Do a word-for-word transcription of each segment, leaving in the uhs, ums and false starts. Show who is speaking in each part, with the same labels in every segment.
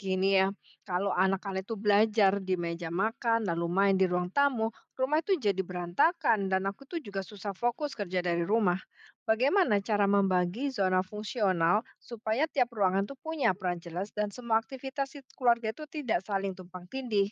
Speaker 1: Gini ya, kalau anak-anak itu belajar di meja makan, lalu main di ruang tamu, rumah itu jadi berantakan dan aku tuh juga susah fokus kerja dari rumah. Bagaimana cara membagi zona fungsional supaya tiap ruangan tuh punya peran jelas dan semua aktivitas it- keluarga itu tidak saling tumpang tindih?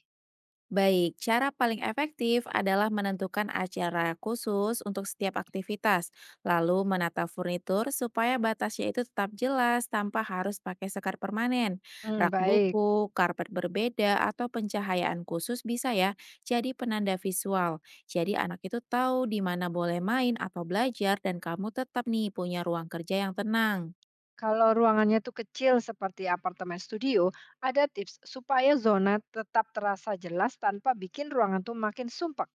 Speaker 2: Baik, cara paling efektif adalah menentukan acara khusus untuk setiap aktivitas, lalu menata furnitur supaya batasnya itu tetap jelas tanpa harus pakai sekat permanen.
Speaker 1: Hmm,
Speaker 2: Rak
Speaker 1: baik.
Speaker 2: buku, karpet berbeda, atau pencahayaan khusus bisa ya jadi penanda visual. Jadi anak itu tahu di mana boleh main atau belajar dan kamu tetap nih punya ruang kerja yang tenang.
Speaker 1: Kalau ruangannya tuh kecil seperti apartemen studio, ada tips supaya zona tetap terasa jelas tanpa bikin ruangan tuh makin sumpek.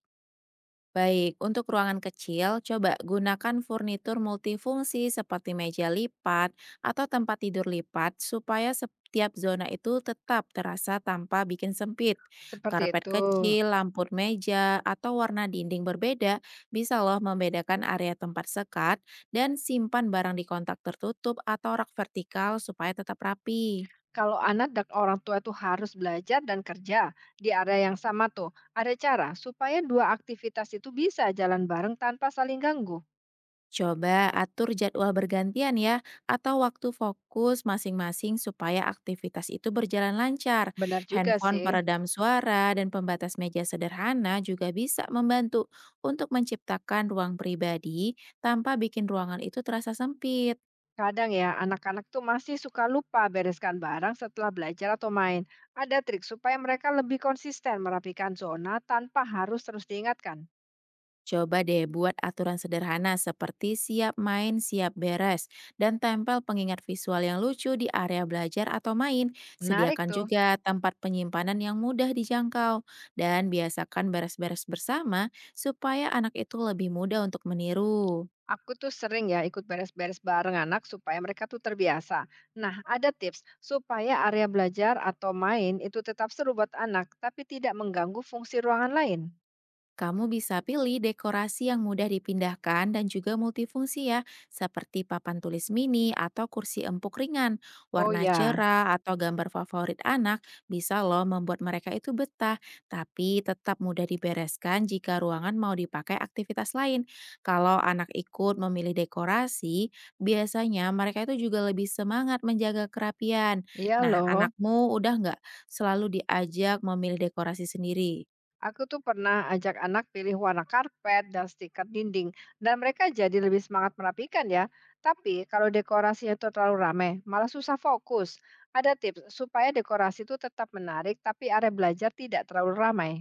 Speaker 2: Baik, untuk ruangan kecil, coba gunakan furnitur multifungsi seperti meja lipat atau tempat tidur lipat supaya setiap zona itu tetap terasa tanpa bikin sempit.
Speaker 1: Seperti itu.
Speaker 2: Karpet kecil, lampu meja, atau warna dinding berbeda bisa loh membedakan area tempat sekat dan simpan barang di kontak tertutup atau rak vertikal supaya tetap rapi.
Speaker 1: Kalau anak dan orang tua itu harus belajar dan kerja di area yang sama tuh, ada cara supaya dua aktivitas itu bisa jalan bareng tanpa saling ganggu.
Speaker 2: Coba atur jadwal bergantian ya, atau waktu fokus masing-masing supaya aktivitas itu berjalan lancar.
Speaker 1: Benar juga
Speaker 2: Handphone
Speaker 1: sih.
Speaker 2: peredam suara dan pembatas meja sederhana juga bisa membantu untuk menciptakan ruang pribadi tanpa bikin ruangan itu terasa sempit.
Speaker 1: Kadang ya, anak-anak tuh masih suka lupa bereskan barang setelah belajar atau main. Ada trik supaya mereka lebih konsisten merapikan zona tanpa harus terus diingatkan.
Speaker 2: Coba deh buat aturan sederhana seperti siap main, siap beres, dan tempel pengingat visual yang lucu di area belajar atau main.
Speaker 1: Menarik
Speaker 2: Sediakan
Speaker 1: tuh.
Speaker 2: juga tempat penyimpanan yang mudah dijangkau, dan biasakan beres-beres bersama supaya anak itu lebih mudah untuk meniru.
Speaker 1: Aku tuh sering ya ikut beres-beres bareng anak supaya mereka tuh terbiasa. Nah, ada tips supaya area belajar atau main itu tetap seru buat anak, tapi tidak mengganggu fungsi ruangan lain.
Speaker 2: Kamu bisa pilih dekorasi yang mudah dipindahkan dan juga multifungsi ya, seperti papan tulis mini atau kursi empuk ringan.
Speaker 1: Oh
Speaker 2: Warna
Speaker 1: ya,
Speaker 2: cerah atau gambar favorit anak bisa loh membuat mereka itu betah, tapi tetap mudah dibereskan jika ruangan mau dipakai aktivitas lain. Kalau anak ikut memilih dekorasi, biasanya mereka itu juga lebih semangat menjaga kerapian.
Speaker 1: iya
Speaker 2: Nah,
Speaker 1: loh.
Speaker 2: anakmu udah nggak selalu diajak memilih dekorasi sendiri?
Speaker 1: Aku tuh pernah ajak anak pilih warna karpet dan stiker dinding, dan mereka jadi lebih semangat merapikan ya. Tapi kalau dekorasinya itu terlalu rame, malah susah fokus. Ada tips supaya dekorasi itu tetap menarik, tapi area belajar tidak terlalu ramai.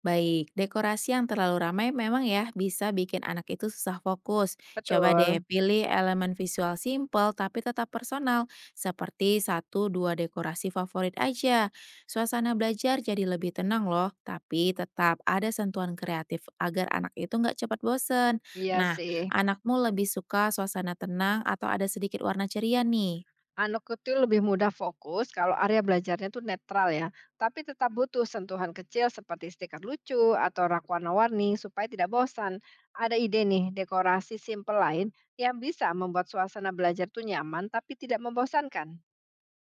Speaker 2: Baik, dekorasi yang terlalu ramai memang ya bisa bikin anak itu susah fokus. Coba
Speaker 1: Betul,
Speaker 2: deh pilih elemen visual simple tapi tetap personal, seperti satu dua dekorasi favorit aja. Suasana belajar jadi lebih tenang loh, tapi tetap ada sentuhan kreatif agar anak itu nggak cepat bosen.
Speaker 1: iya
Speaker 2: Nah,
Speaker 1: sih.
Speaker 2: anakmu lebih suka suasana tenang atau ada sedikit warna ceria nih?
Speaker 1: Anakku tuh lebih mudah fokus kalau area belajarnya tuh netral ya, tapi tetap butuh sentuhan kecil seperti stiker lucu atau rak warna-warni supaya tidak bosan. Ada ide nih, dekorasi simple lain yang bisa membuat suasana belajar tuh nyaman tapi tidak membosankan.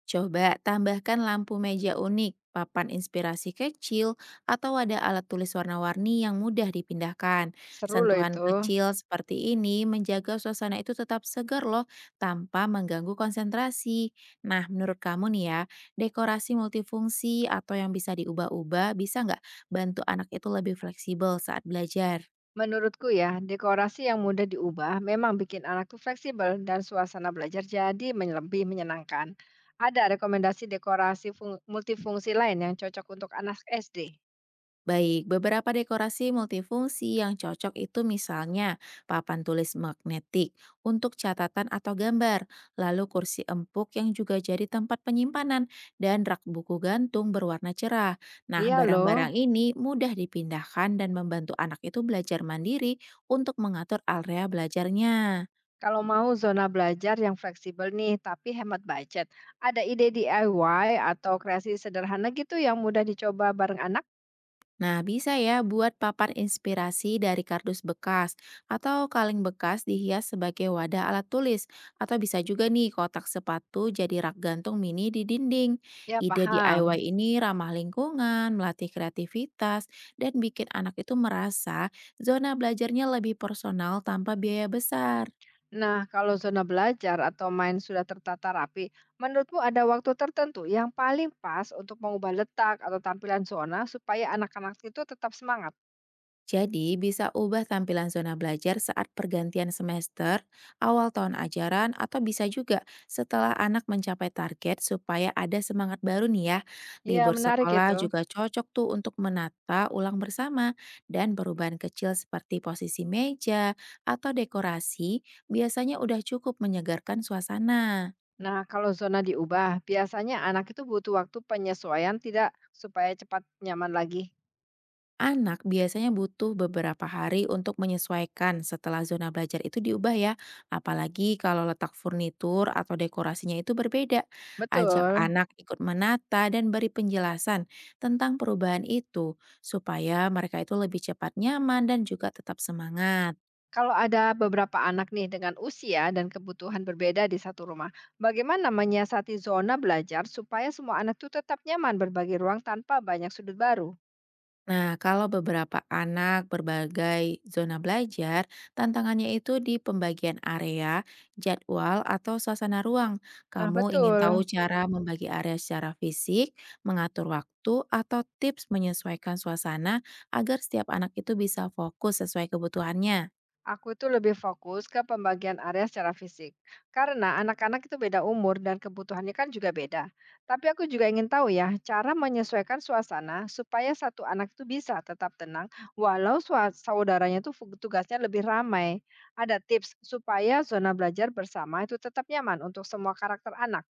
Speaker 2: Coba tambahkan lampu meja unik, papan inspirasi kecil, atau ada alat tulis warna-warni yang mudah dipindahkan.
Speaker 1: Seru loh
Speaker 2: Sentuhan
Speaker 1: itu.
Speaker 2: kecil seperti ini menjaga suasana itu tetap segar loh, tanpa mengganggu konsentrasi. Nah, menurut kamu nih ya, dekorasi multifungsi atau yang bisa diubah-ubah bisa nggak bantu anak itu lebih fleksibel saat belajar?
Speaker 1: Menurutku ya, dekorasi yang mudah diubah memang bikin anak tuh fleksibel dan suasana belajar jadi men- lebih menyenangkan. Ada rekomendasi dekorasi fung- multifungsi lain yang cocok untuk anak S D?
Speaker 2: Baik, beberapa dekorasi multifungsi yang cocok itu misalnya papan tulis magnetik untuk catatan atau gambar, lalu kursi empuk yang juga jadi tempat penyimpanan, dan rak buku gantung berwarna cerah. Nah,
Speaker 1: Iya loh.
Speaker 2: barang-barang ini mudah dipindahkan dan membantu anak itu belajar mandiri untuk mengatur area belajarnya.
Speaker 1: Kalau mau zona belajar yang fleksibel nih, tapi hemat budget. Ada ide D I Y atau kreasi sederhana gitu yang mudah dicoba bareng anak?
Speaker 2: Nah, bisa ya buat papan inspirasi dari kardus bekas atau kaleng bekas dihias sebagai wadah alat tulis atau bisa juga nih kotak sepatu jadi rak gantung mini di dinding.
Speaker 1: Ya,
Speaker 2: Ide
Speaker 1: paham.
Speaker 2: D I Y ini ramah lingkungan, melatih kreativitas, dan bikin anak itu merasa zona belajarnya lebih personal tanpa biaya besar.
Speaker 1: Nah, kalau zona belajar atau main sudah tertata rapi, menurutmu ada waktu tertentu yang paling pas untuk mengubah letak atau tampilan zona supaya anak-anak itu tetap semangat?
Speaker 2: Jadi, bisa ubah tampilan zona belajar saat pergantian semester, awal tahun ajaran, atau bisa juga setelah anak mencapai target supaya ada semangat baru nih ya.
Speaker 1: Ya,
Speaker 2: Libur
Speaker 1: menarik
Speaker 2: sekolah
Speaker 1: itu.
Speaker 2: juga cocok tuh untuk menata ulang bersama dan perubahan kecil seperti posisi meja atau dekorasi biasanya udah cukup menyegarkan suasana.
Speaker 1: Nah, kalau zona diubah, biasanya anak itu butuh waktu penyesuaian tidak supaya cepat nyaman lagi.
Speaker 2: Anak biasanya butuh beberapa hari untuk menyesuaikan setelah zona belajar itu diubah ya, apalagi kalau letak furnitur atau dekorasinya itu berbeda. Ajak
Speaker 1: Betul.
Speaker 2: anak ikut menata dan beri penjelasan tentang perubahan itu supaya mereka itu lebih cepat nyaman dan juga tetap semangat.
Speaker 1: Kalau ada beberapa anak nih dengan usia dan kebutuhan berbeda di satu rumah, bagaimana menyiasati zona belajar supaya semua anak tuh tetap nyaman berbagi ruang tanpa banyak sudut baru?
Speaker 2: Nah, kalau beberapa anak berbagai zona belajar, tantangannya itu di pembagian area, jadwal, atau suasana ruang.
Speaker 1: Nah,
Speaker 2: Kamu ingin tahu
Speaker 1: betul.
Speaker 2: cara membagi area secara fisik, mengatur waktu, atau tips menyesuaikan suasana agar setiap anak itu bisa fokus sesuai kebutuhannya.
Speaker 1: Aku itu lebih fokus ke pembagian area secara fisik. Karena anak-anak itu beda umur dan kebutuhannya kan juga beda. Tapi aku juga ingin tahu ya, cara menyesuaikan suasana supaya satu anak itu bisa tetap tenang walau sua- saudaranya itu fu- tugasnya lebih ramai. Ada tips supaya zona belajar bersama itu tetap nyaman untuk semua karakter anak.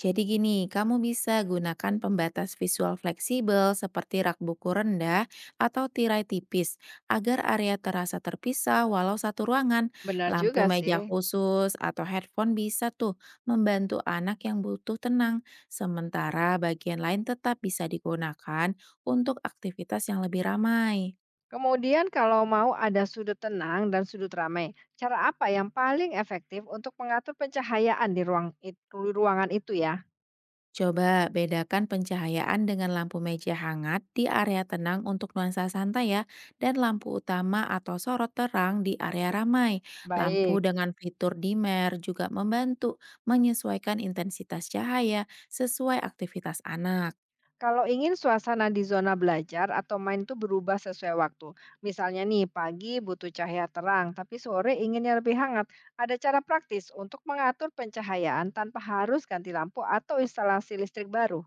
Speaker 2: Jadi gini, kamu bisa gunakan pembatas visual fleksibel seperti rak buku rendah atau tirai tipis agar area terasa terpisah walau satu ruangan.
Speaker 1: Benar
Speaker 2: Lampu
Speaker 1: juga sih.
Speaker 2: meja khusus atau headphone bisa tuh membantu anak yang butuh tenang, sementara bagian lain tetap bisa digunakan untuk aktivitas yang lebih ramai.
Speaker 1: Kemudian kalau mau ada sudut tenang dan sudut ramai, cara apa yang paling efektif untuk mengatur pencahayaan di ruang it- ruangan itu ya?
Speaker 2: Coba bedakan pencahayaan dengan lampu meja hangat di area tenang untuk nuansa santai ya, dan lampu utama atau sorot terang di area ramai.
Speaker 1: Baik.
Speaker 2: Lampu dengan fitur dimmer juga membantu menyesuaikan intensitas cahaya sesuai aktivitas anak.
Speaker 1: Kalau ingin suasana di zona belajar atau main itu berubah sesuai waktu. Misalnya nih, pagi butuh cahaya terang, tapi sore inginnya lebih hangat. Ada cara praktis untuk mengatur pencahayaan tanpa harus ganti lampu atau instalasi listrik baru.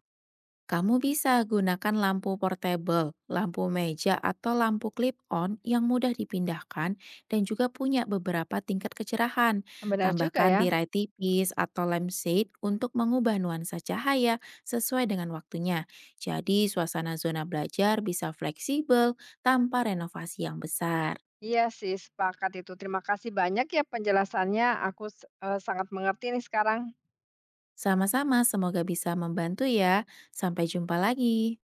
Speaker 2: Kamu bisa gunakan lampu portable, lampu meja, atau lampu clip-on yang mudah dipindahkan dan juga punya beberapa tingkat kecerahan.
Speaker 1: Benar juga
Speaker 2: Tambahkan
Speaker 1: ya.
Speaker 2: tirai tipis atau lampshade untuk mengubah nuansa cahaya sesuai dengan waktunya. Jadi, suasana zona belajar bisa fleksibel tanpa renovasi yang besar.
Speaker 1: Iya sih, sepakat itu. Terima kasih banyak ya penjelasannya. Aku, s eee, sangat mengerti nih sekarang.
Speaker 2: Sama-sama, semoga bisa membantu ya. Sampai jumpa lagi.